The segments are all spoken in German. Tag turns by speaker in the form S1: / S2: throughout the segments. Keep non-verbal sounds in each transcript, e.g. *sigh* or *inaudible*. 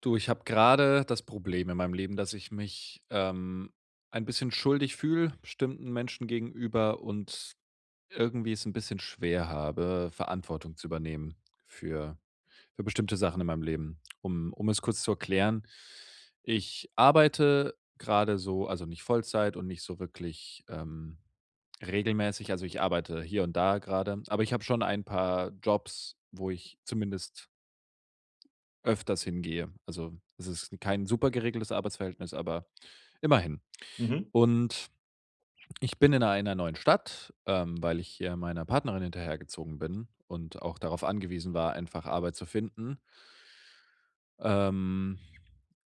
S1: Du, ich habe gerade das Problem in meinem Leben, dass ich mich ein bisschen schuldig fühle, bestimmten Menschen gegenüber und irgendwie es ein bisschen schwer habe, Verantwortung zu übernehmen für, für bestimmte Sachen in meinem Leben. Um es kurz zu erklären, ich arbeite gerade so, also nicht Vollzeit und nicht so wirklich regelmäßig. Also ich arbeite hier und da gerade, aber ich habe schon ein paar Jobs, wo ich zumindest öfters hingehe. Also, es ist kein super geregeltes Arbeitsverhältnis, aber immerhin.
S2: Mhm,
S1: Und ich bin in einer neuen Stadt, weil ich hier meiner Partnerin hinterhergezogen bin und auch darauf angewiesen war, einfach Arbeit zu finden, ähm,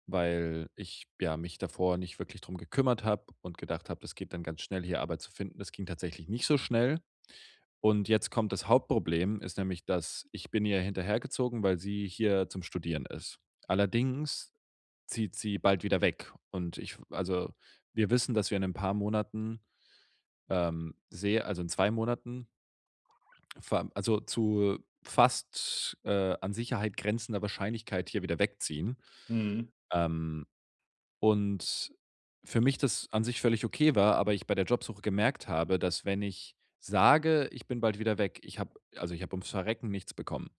S1: weil ich ja mich davor nicht wirklich drum gekümmert habe und gedacht habe, das geht dann ganz schnell, hier Arbeit zu finden. Das ging tatsächlich nicht so schnell. Und jetzt kommt das Hauptproblem, ist nämlich, dass ich bin ihr hinterhergezogen, weil sie hier zum Studieren ist. Allerdings zieht sie bald wieder weg. Und ich also, wir wissen, dass wir in ein paar Monaten, sehe also, in 2 Monaten, ver also, zu fast, an Sicherheit grenzender Wahrscheinlichkeit hier wieder wegziehen.
S2: mhm,
S1: Ähm, und für mich das an sich völlig okay war, aber ich bei der Jobsuche gemerkt habe, dass wenn ich sage: „Ich bin bald wieder weg“, ich habe also, ich habe ums Verrecken nichts bekommen.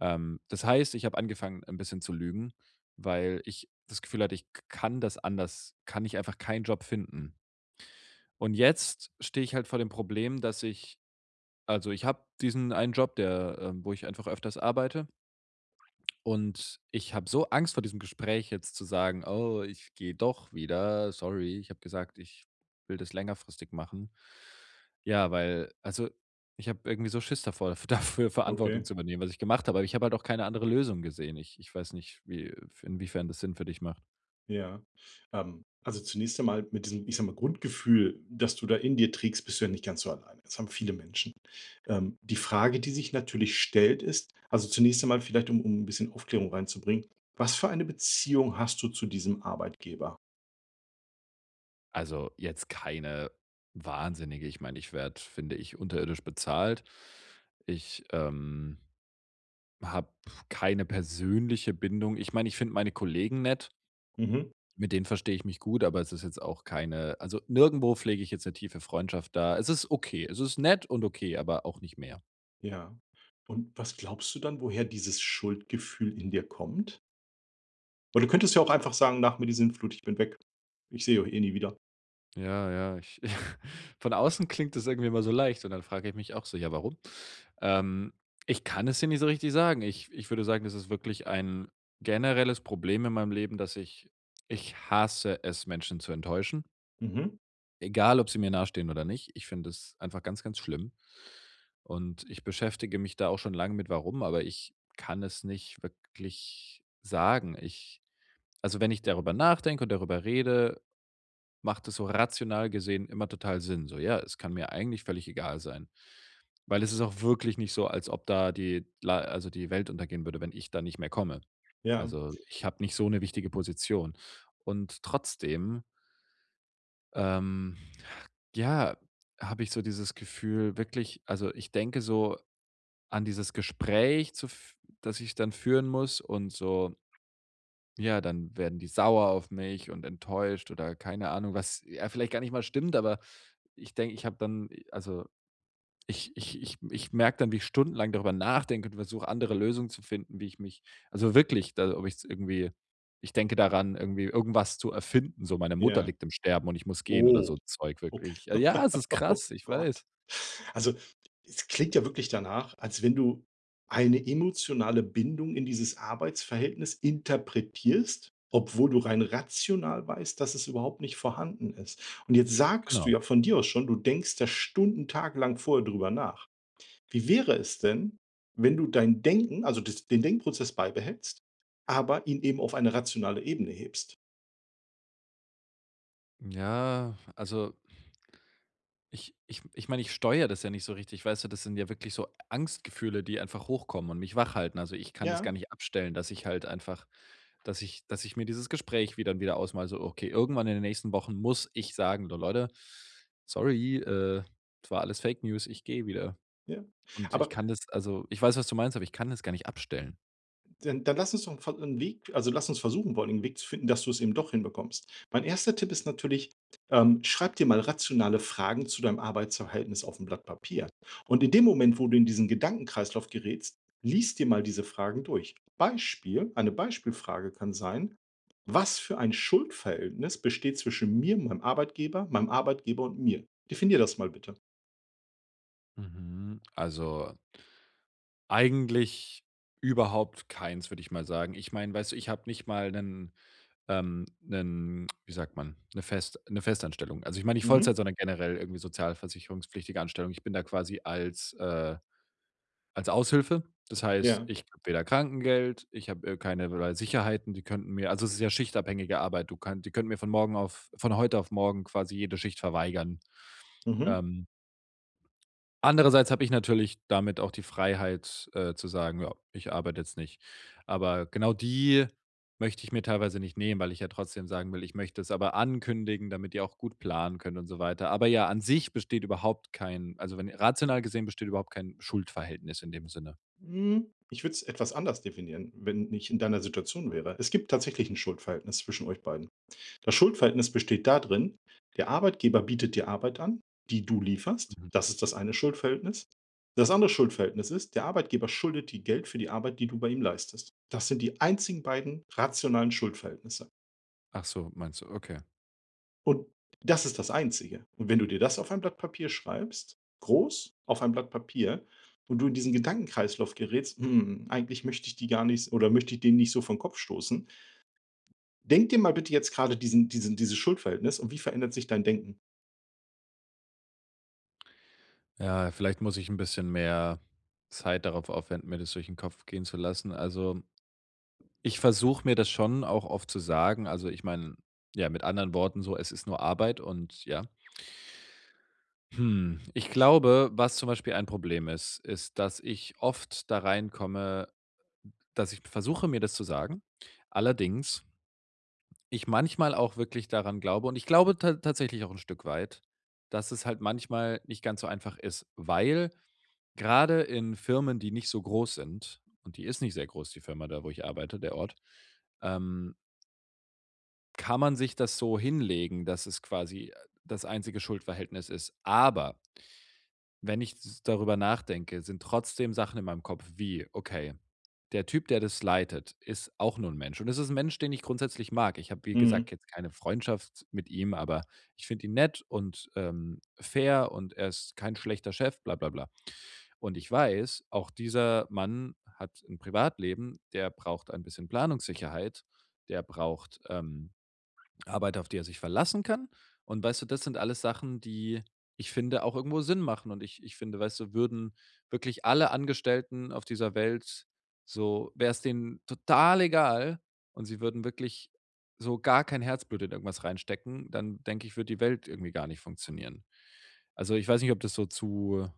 S1: Das heißt, ich habe angefangen, ein bisschen zu lügen, weil ich das Gefühl hatte, ich kann das anders kann ich einfach keinen Job finden. Und jetzt stehe ich halt vor dem Problem, dass ich also, ich habe diesen einen Job, der wo ich einfach öfters arbeite und ich habe so Angst vor diesem Gespräch jetzt zu sagen: „Oh, ich gehe doch wieder. Sorry, ich habe gesagt, ich will das längerfristig machen.“ Ja, weil also, ich habe irgendwie so Schiss davor, *laughs* dafür Verantwortung
S2: okay,
S1: zu übernehmen, was ich gemacht habe. Aber ich habe halt auch keine andere Lösung gesehen. Ich weiß nicht, wie inwiefern das Sinn für dich macht.
S2: ja. Also zunächst einmal mit diesem, ich sage mal, Grundgefühl, das du da in dir trägst, bist du ja nicht ganz so alleine. Das haben viele Menschen. Die Frage, die sich natürlich stellt, ist, also zunächst einmal vielleicht, um ein bisschen Aufklärung reinzubringen, was für eine Beziehung hast du zu diesem Arbeitgeber?
S1: Also, jetzt keine wahnsinnige ich meine, ich werde, finde ich, unterirdisch bezahlt. Ich, habe keine persönliche Bindung. Ich meine, ich finde meine Kollegen nett.
S2: Mhm,
S1: Mit denen verstehe ich mich gut, aber es ist jetzt auch keine also, nirgendwo pflege ich jetzt eine tiefe Freundschaft da. Es ist okay. Es ist nett und okay, aber auch nicht mehr.
S2: ja. Und was glaubst du dann, woher dieses Schuldgefühl in dir kommt? Weil du könntest ja auch einfach sagen, nach mir die Sinnflut, ich bin weg. Ich sehe euch eh nie wieder.
S1: Ja, ja, ich *laughs* von außen klingt das irgendwie immer so leicht und dann frage ich mich auch so: „Ja, warum?“ Ähm, ich kann es dir nicht so richtig sagen. Ich würde sagen, das ist wirklich ein generelles Problem in meinem Leben, dass ich ich hasse es, Menschen zu enttäuschen.
S2: Mhm,
S1: Egal, ob sie mir nahestehen oder nicht. Ich finde es einfach ganz, ganz schlimm. Und ich beschäftige mich da auch schon lange mit warum, aber ich kann es nicht wirklich sagen. Ich also, wenn ich darüber nachdenke und darüber rede, macht es so rational gesehen immer total Sinn. So, ja, es kann mir eigentlich völlig egal sein. Weil es ist auch wirklich nicht so, als ob da die la also, die Welt untergehen würde, wenn ich da nicht mehr komme.
S2: ja,
S1: Also, ich habe nicht so eine wichtige Position. Und trotzdem, ähm ja, habe ich so dieses Gefühl wirklich also, ich denke so an dieses Gespräch, zu f das ich dann führen muss und so ja, dann werden die sauer auf mich und enttäuscht oder keine Ahnung, was ja vielleicht gar nicht mal stimmt, aber ich denke, ich habe dann also, ich merke dann, wie ich stundenlang darüber nachdenke und versuche, andere Lösungen zu finden, wie ich mich also, wirklich, da ob ich es irgendwie ich denke daran, irgendwie irgendwas zu erfinden, so: „Meine Mutter
S2: ja.
S1: liegt im Sterben und ich muss gehen“ oder
S2: Oh.
S1: so Zeug
S2: Okay.
S1: wirklich.
S2: *laughs*
S1: Ja, es ist
S2: Oh
S1: krass, ich
S2: Gott.
S1: weiß.
S2: Also, es klingt ja wirklich danach, als wenn du eine emotionale Bindung in dieses Arbeitsverhältnis interpretierst, obwohl du rein rational weißt, dass es überhaupt nicht vorhanden ist. Und jetzt sagst du
S1: Genau.
S2: ja von dir aus schon, du denkst da Stunden, tagelang vorher drüber nach. Wie wäre es denn, wenn du dein Denken, also das, den Denkprozess beibehältst, aber ihn eben auf eine rationale Ebene hebst?
S1: Ja, also ich meine, ich steuere das ja nicht so richtig, weißt du? Das sind ja wirklich so Angstgefühle, die einfach hochkommen und mich wachhalten. Also, ich kann das
S2: Ja,
S1: gar nicht abstellen, dass ich halt einfach dass ich mir dieses Gespräch wieder dann wieder ausmal so: „Okay, irgendwann in den nächsten Wochen muss ich sagen: 'So Leute, sorry, es war alles Fake News, ich gehe wieder.'“
S2: ja.
S1: Und ich
S2: Aber
S1: kann das also, ich weiß, was du meinst, aber ich kann das gar nicht abstellen.
S2: dann lass uns doch 'n Weg also, lass uns versuchen, vor einen Weg zu finden, dass du es eben doch hinbekommst. Mein erster Tipp ist natürlich, schreib dir mal rationale Fragen zu deinem Arbeitsverhältnis auf ein Blatt Papier. Und in dem Moment, wo du in diesen Gedankenkreislauf gerätst, lies dir mal diese Fragen durch. Beispiel eine Beispielfrage kann sein: „Was für ein Schuldverhältnis besteht zwischen mir, meinem Arbeitgeber und mir?“ Definier das mal bitte.
S1: Mhm. Also, eigentlich überhaupt keins, würde ich mal sagen. Ich meine, weißt du, ich habe nicht mal einen 'nen wie sagt man, eine Fest eine Festanstellung. Also, ich meine nicht
S2: Mhm.
S1: Vollzeit, sondern generell irgendwie sozialversicherungspflichtige Anstellung. Ich bin da quasi als, als Aushilfe. Das heißt,
S2: Ja.
S1: ich habe weder Krankengeld, ich habe, keinerlei Sicherheiten, die könnten mir also, es ist ja schichtabhängige Arbeit. Du kannst die könnten mir von morgen auf von heute auf morgen quasi jede Schicht verweigern.
S2: Mhm.
S1: Ähm Andererseits habe ich natürlich damit auch die Freiheit, zu sagen: „Ja, ich arbeite jetzt nicht.“ Aber genau die möchte ich mir teilweise nicht nehmen, weil ich ja trotzdem sagen will, ich möchte es aber ankündigen, damit ihr auch gut planen könnt und so weiter. Aber ja, an sich besteht überhaupt kein also, wenn rational gesehen besteht überhaupt kein Schuldverhältnis in dem Sinne.
S2: Hm, ich würde es etwas anders definieren, wenn ich in deiner Situation wäre. Es gibt tatsächlich ein Schuldverhältnis zwischen euch beiden. Das Schuldverhältnis besteht darin, der Arbeitgeber bietet dir Arbeit an, die du lieferst.
S1: Mhm.
S2: Das ist das eine Schuldverhältnis. Das andere Schuldverhältnis ist, der Arbeitgeber schuldet dir Geld für die Arbeit, die du bei ihm leistest. Das sind die einzigen beiden rationalen Schuldverhältnisse.
S1: Ach so, meinst du? Okay.
S2: Und das ist das Einzige. Und wenn du dir das auf ein Blatt Papier schreibst, groß auf ein Blatt Papier, und du in diesen Gedankenkreislauf gerätst: „Hm, eigentlich möchte ich die gar nicht oder möchte ich den nicht so vor Kopf stoßen.“ Denk dir mal bitte jetzt gerade diesen diesen dieses Schuldverhältnis und wie verändert sich dein Denken?
S1: Ja, vielleicht muss ich ein bisschen mehr Zeit darauf aufwenden, mir das durch den Kopf gehen zu lassen. Also ich versuche mir das schon auch oft zu sagen. Also, ich meine, ja, mit anderen Worten so, es ist nur Arbeit und ja. Hm, ich glaube, was zum Beispiel ein Problem ist, ist, dass ich oft da reinkomme, dass ich versuche, mir das zu sagen. Allerdings, ich manchmal auch wirklich daran glaube und ich glaube ta tatsächlich auch ein Stück weit, dass es halt manchmal nicht ganz so einfach ist, weil gerade in Firmen, die nicht so groß sind und die ist nicht sehr groß, die Firma da, wo ich arbeite, der Ort, ähm kann man sich das so hinlegen, dass es quasi das einzige Schuldverhältnis ist. Aber wenn ich s darüber nachdenke, sind trotzdem Sachen in meinem Kopf wie: „Okay, der Typ, der das leitet, ist auch nur ein Mensch.“ Und es ist ein Mensch, den ich grundsätzlich mag. Ich habe, wie
S2: Mhm.
S1: gesagt, jetzt keine Freundschaft mit ihm, aber ich finde ihn nett und, fair und er ist kein schlechter Chef, bla bla bla. Und ich weiß, auch dieser Mann hat ein Privatleben, der braucht ein bisschen Planungssicherheit, der braucht, Arbeit, auf die er sich verlassen kann. Und weißt du, das sind alles Sachen, die ich finde, auch irgendwo Sinn machen. Und ich finde, weißt du, würden wirklich alle Angestellten auf dieser Welt so, wäre es denen total egal und sie würden wirklich so gar kein Herzblut in irgendwas reinstecken, dann denke ich, würde die Welt irgendwie gar nicht funktionieren. Also ich weiß nicht, ob das so zu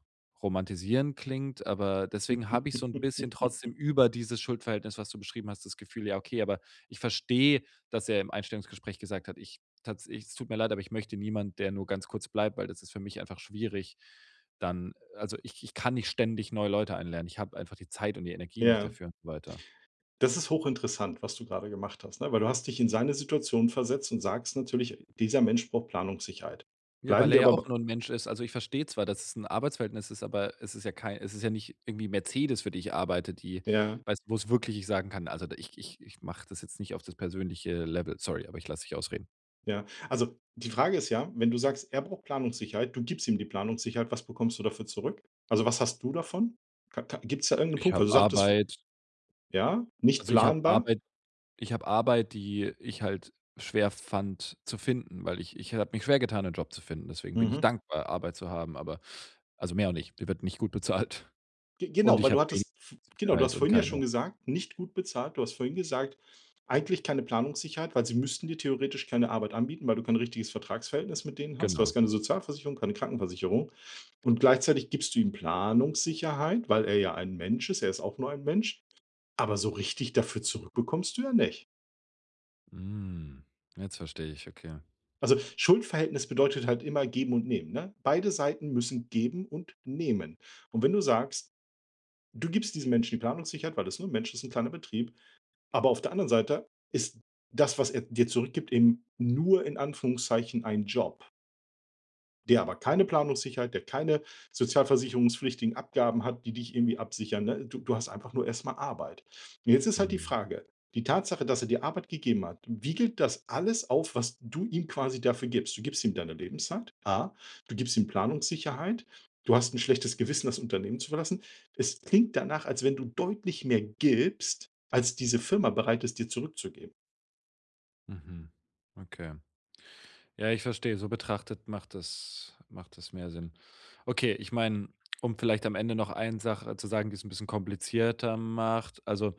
S1: romantisierend klingt, aber deswegen habe ich so ein bisschen trotzdem
S2: *laughs*
S1: über dieses Schuldverhältnis, was du beschrieben hast, das Gefühl, ja, okay, aber ich verstehe, dass er im Einstellungsgespräch gesagt hat: „Ich tats ich es tut mir leid, aber ich möchte niemand, der nur ganz kurz bleibt, weil das ist für mich einfach schwierig. Dann also, ich kann nicht ständig neue Leute einlernen. Ich habe einfach die Zeit und die Energie nicht
S2: Ja,
S1: dafür“ und so weiter.
S2: das ist hochinteressant, was du gerade gemacht hast, ne? Weil du hast dich in seine Situation versetzt und sagst natürlich: „Dieser Mensch braucht Planungssicherheit.“
S1: Ja,
S2: Bleiben
S1: weil er
S2: wir
S1: ja
S2: aber b
S1: auch nur ein Mensch ist. Also, ich verstehe zwar, dass es ein Arbeitsverhältnis ist, aber es ist ja kein, es ist ja nicht irgendwie Mercedes, für die ich arbeite, die
S2: ja.
S1: weißt du, wo es wirklich ich sagen kann: „Also, da ich mache das jetzt nicht auf das persönliche Level. Sorry, aber ich lasse dich ausreden.
S2: Ja, also die Frage ist ja, wenn du sagst, er braucht Planungssicherheit, du gibst ihm die Planungssicherheit, was bekommst du dafür zurück? Also was hast du davon? Gibt es da irgendeinen
S1: Ich
S2: Punkt,
S1: habe
S2: weil du sagtest,
S1: Arbeit
S2: ja, nicht
S1: also, ich habe
S2: planbar?
S1: Arbeit.“ Ich habe Arbeit, die ich halt schwer fand zu finden, weil ich habe mich schwer getan, einen Job zu finden. Deswegen bin ich
S2: Mhm.
S1: dankbar, Arbeit zu haben, aber also, mehr auch nicht. Die wird nicht gut bezahlt
S2: Ge-
S1: *laughs* und
S2: Genau, weil
S1: ich
S2: du
S1: habe wenig
S2: hattest, f- genau, du hast
S1: Sicherheit und
S2: vorhin ja schon
S1: keine
S2: gesagt, nicht gut bezahlt. Du hast vorhin gesagt, eigentlich keine Planungssicherheit, weil sie müssten dir theoretisch keine Arbeit anbieten, weil du kein richtiges Vertragsverhältnis mit denen hast. Du hast
S1: genau.
S2: keine Sozialversicherung, keine Krankenversicherung. Und gleichzeitig gibst du ihm Planungssicherheit, weil er ja ein Mensch ist. Er ist auch nur ein Mensch. Aber so richtig dafür zurück bekommst du ja nicht.
S1: Hm, jetzt verstehe ich, okay.
S2: Also, Schuldverhältnis bedeutet halt immer geben und nehmen, ne? Beide Seiten müssen geben und nehmen. Und wenn du sagst, du gibst diesem Menschen die Planungssicherheit, weil das nur ein Mensch ist, ein kleiner Betrieb, aber auf der anderen Seite ist das, was er dir zurückgibt, eben nur in Anführungszeichen ein Job, der aber keine Planungssicherheit, der keine sozialversicherungspflichtigen Abgaben hat, die dich irgendwie absichern. Ne? Du hast einfach nur erstmal Arbeit. Und jetzt ist halt die
S1: Mhm,
S2: Frage, die Tatsache, dass er dir Arbeit gegeben hat, wiegelt das alles auf, was du ihm quasi dafür gibst? Du gibst ihm deine Lebenszeit, A, du gibst ihm Planungssicherheit, du hast ein schlechtes Gewissen, das Unternehmen zu verlassen. Es klingt danach, als wenn du deutlich mehr gibst, als diese Firma bereit ist, dir zurückzugeben.
S1: mhm, okay. Ja, ich verstehe. So betrachtet macht das mehr Sinn. Okay, ich meine, um vielleicht am Ende noch eine Sache zu sagen, die es ein bisschen komplizierter macht. Also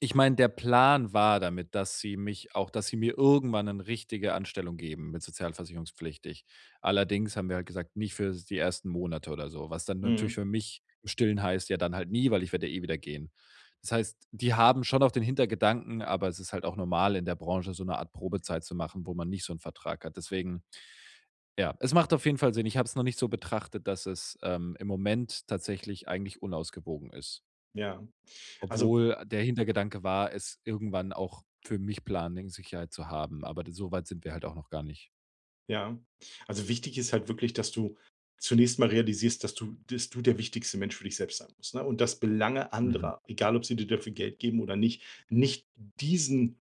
S1: ich meine, der Plan war damit, dass sie mich auch dass sie mir irgendwann eine richtige Anstellung geben mit sozialversicherungspflichtig. Allerdings haben wir halt gesagt, nicht für die ersten Monate oder so, was dann natürlich
S2: Mhm.
S1: für mich im Stillen heißt, ja dann halt nie, weil ich werde ja eh wieder gehen. Das heißt, die haben schon auch den Hintergedanken, aber es ist halt auch normal in der Branche, so eine Art Probezeit zu machen, wo man nicht so einen Vertrag hat. Deswegen, ja, es macht auf jeden Fall Sinn. Ich habe es noch nicht so betrachtet, dass es, im Moment tatsächlich eigentlich unausgewogen ist.
S2: Ja, also
S1: Obwohl der Hintergedanke war, es irgendwann auch für mich Planungssicherheit zu haben, aber d so weit sind wir halt auch noch gar nicht.
S2: ja. Also, wichtig ist halt wirklich, dass du zunächst mal realisierst, dass du der wichtigste Mensch für dich selbst sein musst, ne? Und dass Belange
S1: Mhm,
S2: anderer, egal ob sie dir dafür Geld geben oder nicht, nicht diesen,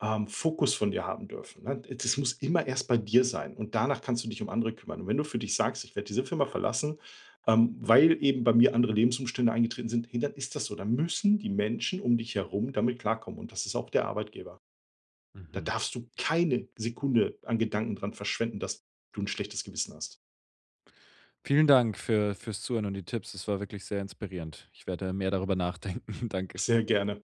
S2: Fokus von dir haben dürfen, ne? Das muss immer erst bei dir sein und danach kannst du dich um andere kümmern. Und wenn du für dich sagst: „Ich werde diese Firma verlassen, weil eben bei mir andere Lebensumstände eingetreten sind“, hey, dann ist das so. Dann müssen die Menschen um dich herum damit klarkommen und das ist auch der Arbeitgeber. Da
S1: mhm.
S2: darfst du keine Sekunde an Gedanken dran verschwenden, dass du ein schlechtes Gewissen hast.
S1: Vielen Dank für fürs Zuhören und die Tipps. Es war wirklich sehr inspirierend. Ich werde mehr darüber nachdenken. *laughs* Danke.
S2: Sehr gerne.